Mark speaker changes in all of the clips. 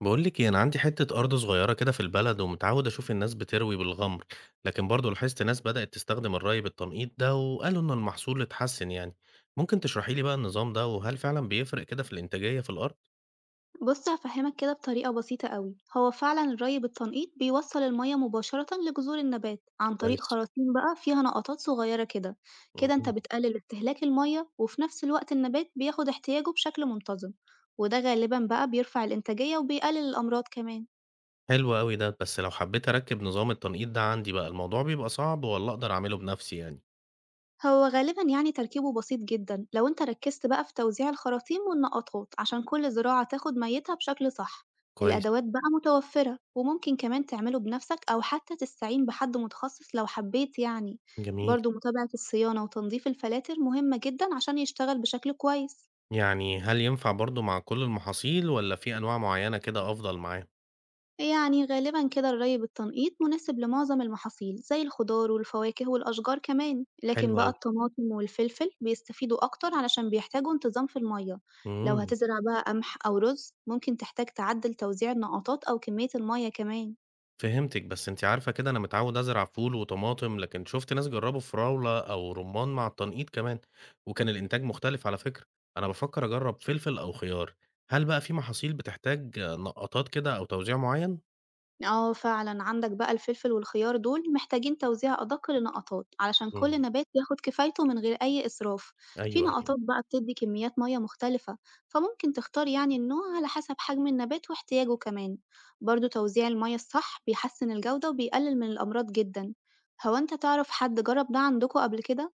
Speaker 1: بقول لك إيه، انا عندي حتة أرض صغيرة كده في البلد ومتعود أشوف الناس بتروي بالغمر. لكن برضه لاحظت ناس بدأت تستخدم الري بالتنقيط ده وقالوا إن المحصول اتحسن. يعني ممكن تشرحي لي بقى النظام ده وهل فعلا بيفرق كده في الإنتاجية في الأرض؟
Speaker 2: بص هفهمك كده بطريقة بسيطة قوي. هو فعلا الري بالتنقيط بيوصل المية مباشرة لجذور النبات عن طريق
Speaker 1: كويس.
Speaker 2: خراطيم بقى فيها نقطات صغيرة كده. كده انت
Speaker 1: مهم.
Speaker 2: بتقلل استهلاك المية، وفي نفس الوقت النبات بياخد احتياجه بشكل منتظم. وده غالبا بقى بيرفع الإنتاجية وبيقلل الأمراض كمان.
Speaker 1: حلو قوي ده، بس لو حبيت أركب نظام التنقيط ده عندي بقى الموضوع بيبقى صعب ولا أقدر أعمله بنفسي يعني؟
Speaker 2: هو غالبًا يعني تركيبه بسيط جدًا، لو أنت ركزت بقى في توزيع الخراطيم والنقطات عشان كل زراعة تاخد ميتها بشكل صح.
Speaker 1: كويس.
Speaker 2: الأدوات بقى متوفرة وممكن كمان تعمله بنفسك أو حتى تستعين بحد متخصص لو حبيت يعني.
Speaker 1: جميل.
Speaker 2: برضه متابعة الصيانة وتنظيف الفلاتر مهمة جدًا عشان يشتغل بشكل كويس.
Speaker 1: يعني هل ينفع برضه مع كل المحاصيل ولا في أنواع معينة كده أفضل معاه؟
Speaker 2: يعني غالبا كده الري بالتنقيط مناسب لمعظم المحاصيل زي الخضار والفواكه والأشجار كمان، لكن
Speaker 1: حلو
Speaker 2: بقى الطماطم والفلفل بيستفيدوا أكتر علشان بيحتاجوا انتظام في المية. لو
Speaker 1: قوي.
Speaker 2: هتزرع بقى قمح أو رز ممكن تحتاج تعدل توزيع النقطات أو كمية المية كمان.
Speaker 1: فهمتِك، بس أنتِ عارفة كده أنا متعوّد أزرع فول وطماطم، لكن شُفت ناس جرّبوا فراولة أو رُمّان مع التنقيط كمان، وكان الإنتاج مختلف على فكرة. أنا بافكّر أجرّب فلفل أو خيار، هل بقى في محاصيل بتحتاج نقّاطات كده أو توزيع معيّن؟
Speaker 2: آه فعلًا، عندك بقى الفلفل والخيار دول محتاجين توزيع أدق لنقطات علشان كل
Speaker 1: إمم،
Speaker 2: نبات ياخد كفايته من غير أي إسراف. في
Speaker 1: أيوه، أيوه.
Speaker 2: نقطات بقى بتدي كميات مية مختلفة، فممكن تختار يعني النوع على حسب حجم النبات واحتياجه كمان. برضه توزيع المية الصح بيحسن الجودة وبيقلل من الأمراض جدًا. هو أنت تعرف حد جرب ده عندكوا قبل كده؟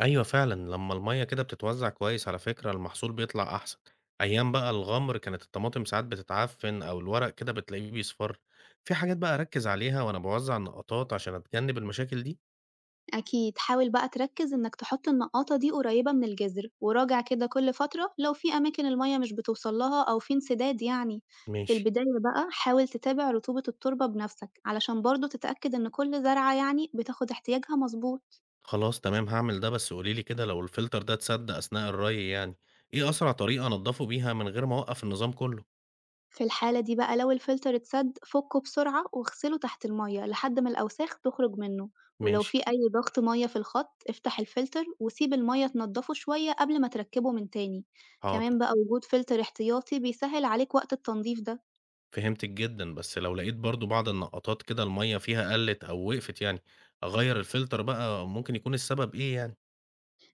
Speaker 1: أيوه فعلًا، لمّا المَيّة كده بتتوزّع كويس على فكرة المحصول بيطلع أحسن. أيام بقى الغَمْر كانت الطماطم ساعات بتتعفّن أو الورق كده بتلاقيه بيصفَر. في حاجات بقى أركّز عليها وأنا باوزّع النقّاطات عشان أتجنّب المشاكل دي؟
Speaker 2: أكيد حاول بقى تركز إنك تحط النقاطة دي قريبة من الجذر، وراجع كده كل فترة لو في أماكن المية مش بتوصل لها أو في انسداد يعني. في
Speaker 1: ماشي.
Speaker 2: البداية بقى حاول تتابع رطوبة التربة بنفسك علشان برضه تتأكد إن كل زرعة يعني بتاخد احتياجها مظبوط.
Speaker 1: خلاص تمام هاعمل ده، بس قولي لي كده لو الفلتر ده اتسد أثناء الري، يعني إيه أسرع طريقة أنضفه بيها من غير ما أوقف النظام كله؟
Speaker 2: في الحالة دي بقى لو الفلتر اتسد فكه بسرعة واغسله تحت المية لحد ما الأوساخ تخرج منه. ولو
Speaker 1: ماشي.
Speaker 2: في أي ضغط مية في الخط افتح الفلتر وسيب المية تنضفه شوية قبل ما تركبه من تاني.
Speaker 1: حاضر.
Speaker 2: كمان بقى وجود فلتر احتياطي بيسهل عليك وقت التنظيف ده.
Speaker 1: فهمتك جدا، بس لو لقيت برضو بعض النقطات كده المية فيها قلت أو وقفت، يعني أغير الفلتر بقى؟ ممكن يكون السبب إيه يعني؟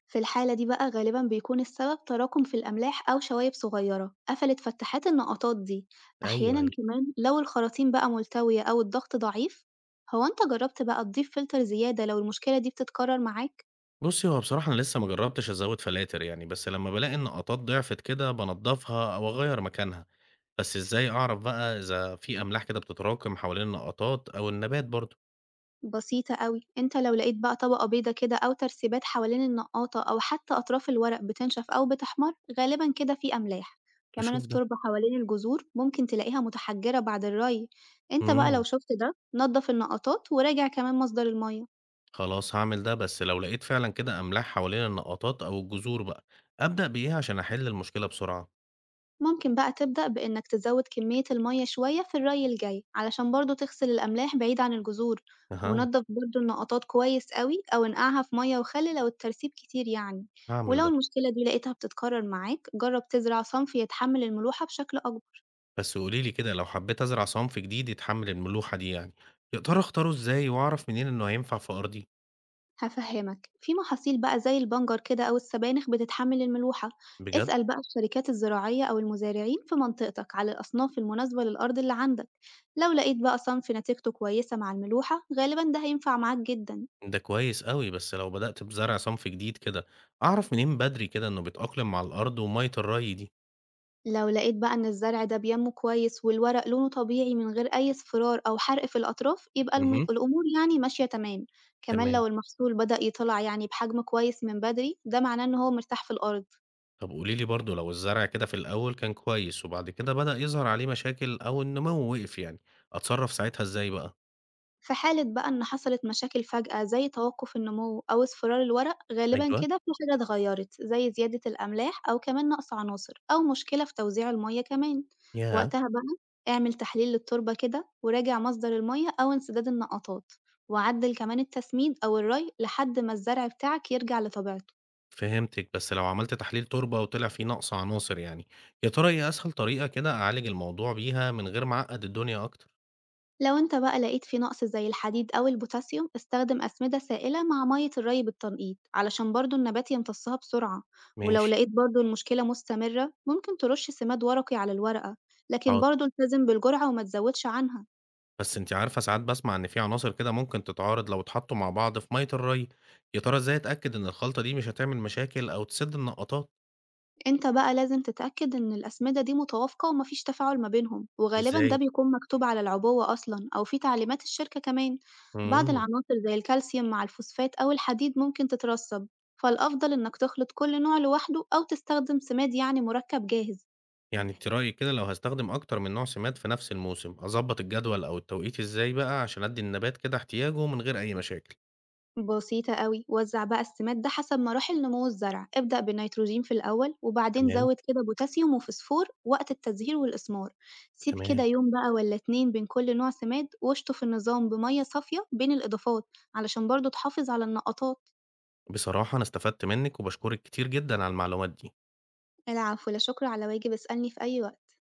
Speaker 2: في الحالة دي بقى غالبا بيكون السبب تراكم في الأملاح أو شوايب صغيرة قفلت فتحات النقطات دي.
Speaker 1: أيوه،
Speaker 2: أحيانا
Speaker 1: أيوه.
Speaker 2: كمان لو الخراطيم بقى ملتوية أو الضغط ضعيف. هو أنت جربت بقى تضيف فلتر زيادة لو المشكلة دي بتتكرر معاك؟
Speaker 1: بصي، هو بصراحة أنا لسه ما جربتش أزود فلاتر يعني، بس لما بلاقي النقطات ضعفت كده بنضفها أو أغير مكانها. بس إزاي أعرف بقى إذا في أملاح كده بتتراكم حوالين النقطات أو النبات برضو؟
Speaker 2: بسيطة أوي. أنت لو لقيت بقى طبقة بيضة كده أو ترسيبات حوالين النقاطة أو حتى أطراف الورق بتنشف أو بتحمر، غالبا كده في أملاح. كمان
Speaker 1: أشوف ده.
Speaker 2: التربة حوالين الجذور ممكن تلاقيها متحجرة بعد الري. أنت بقى لو
Speaker 1: مم.
Speaker 2: شفت ده نضف النقطات وراجع كمان مصدر المية.
Speaker 1: خلاص هاعمل ده، بس لو لقيت فعلا كده أملاح حوالين النقطات أو الجذور بقى أبدأ بإيه عشان أحل المشكلة بسرعة؟
Speaker 2: ممكن بقى تبدأ بإنك تزود كمية المية شوية في الري الجاي علشان برضه تغسل الأملاح بعيد عن الجذور.
Speaker 1: أها.
Speaker 2: ونضف برضه النقطات كويس قوي أو انقعها في مية وخل لو الترسيب كتير يعني.
Speaker 1: هعمل
Speaker 2: ولو
Speaker 1: ده.
Speaker 2: المشكلة دي لقيتها بتتكرر معاك جرب تزرع صنف يتحمل الملوحة بشكل أكبر.
Speaker 1: بس قوليلي كده، لو حبيت أزرع صنف جديد يتحمل الملوحة دي، يعني يا ترى أختاره إزاي وأعرف منين إنه هينفع في أرضي؟
Speaker 2: هافهّمك، في محاصيل بقى زي البنجر كده أو السبانخ بتتحمل الملوحة.
Speaker 1: بجد؟
Speaker 2: اسأل بقى الشركات الزراعية أو المزارعين في منطقتك على الأصناف المناسبة للأرض اللي عندك. لو لقيت بقى صنف نتيجته كويسة مع الملوحة غالبًا ده هينفع معاك جدًا.
Speaker 1: ده كويس قوي، بس لو بدأت بزرع صنف جديد كده أعرف منين بدري كده إنه بيتأقلم مع الأرض ومية الري دي؟
Speaker 2: لو لقيت بقى إن الزرع ده بينمو كويس والورق لونه طبيعي من غير أي اصفرار أو حرق في الأطراف يبقى الم
Speaker 1: مهم.
Speaker 2: الأمور يعني ماشية تمام. كمان
Speaker 1: تمام.
Speaker 2: لو المحصول بدأ يطلع يعني بحجم كويس من بدري ده معناه إن هو مرتاح في الأرض.
Speaker 1: طب قولي لي برضه، لو الزرع كده في الأول كان كويس وبعد كده بدأ يظهر عليه مشاكل أو النمو وقف، يعني أتصرف ساعتها إزاي بقى؟
Speaker 2: في حالة بقى إن حصلت مشاكل فجأة زي توقُّف النمو أو اصفرار الورق، غالبًا
Speaker 1: أيوه.
Speaker 2: كده في حاجة اتغيّرت، زي زيادة الأملاح أو كمان نقص عناصر أو مشكلة في توزيع المَيّة كمان.
Speaker 1: ياه.
Speaker 2: وقتها بقى اعمل تحليل للتربة كده وراجع مصدر المَيّة أو انسداد النقطات، وعدِّل كمان التسميد أو الري لحد ما الزرع بتاعك يرجع لطبيعته.
Speaker 1: فهمتك، بس لو عملت تحليل تربة وطلع فيه نقص عناصر، يعني يا ترى إيه أسهل طريقة كده أعالج الموضوع بيها من غير ما أعقد الدنيا أكتر؟
Speaker 2: لو انت بقى لقيت في نقص زي الحديد أو البوتاسيوم استخدم أسمدة سائلة مع مية الري بالتنقيط علشان برضو النبات يمتصها بسرعة. ولو
Speaker 1: ماشي.
Speaker 2: لقيت برضو المشكلة مستمرة ممكن ترش سماد ورقي على الورقة، لكن
Speaker 1: حاضر.
Speaker 2: برضو التزم بالجرعة وما تزودش عنها.
Speaker 1: بس أنت عارفة ساعات بسمع إن في عناصر كده ممكن تتعارض لو اتحطوا مع بعض في مية الري، يا ترى إزاي أتأكد إن الخلطة دي مش هتعمل مشاكل أو تسد النقطات؟
Speaker 2: أنت بقى لازم تتأكد إن الأسمدة دي متوافقة وما فيش تفاعل ما بينهم، وغالبًا ده
Speaker 1: ازاي؟
Speaker 2: بيكون مكتوب على العبوة أصلًا أو في تعليمات الشركة كمان. بعض
Speaker 1: مم.
Speaker 2: العناصر زي الكالسيوم مع الفوسفات أو الحديد ممكن تترسب، فالأفضل إنك تخلط كل نوع لوحده أو تستخدم سماد يعني مركب جاهز.
Speaker 1: يعني انت رأيك كده لو هستخدم أكتر من نوع سماد في نفس الموسم أظبط الجدول أو التوقيت إزاي بقى عشان أدي النبات كده احتياجه من غير أي مشاكل؟
Speaker 2: بسيطة أوي. وزع بقى السماد ده حسب مراحل نمو الزرع، ابدأ بالنيتروجين في الأول وبعدين
Speaker 1: تمام.
Speaker 2: زود كده بوتاسيوم وفسفور وقت التزهير والإسمار. سيب كده
Speaker 1: تمام.
Speaker 2: يوم بقى ولا 2 بين كل نوع سماد واشطف النظام بمية صافية بين الإضافات علشان برضه تحافظ على النقطات.
Speaker 1: بصراحة أنا استفدت منك وبشكرك كتير جدا على المعلومات دي.
Speaker 2: العفو، لا شكر على واجب، اسألني في أي وقت.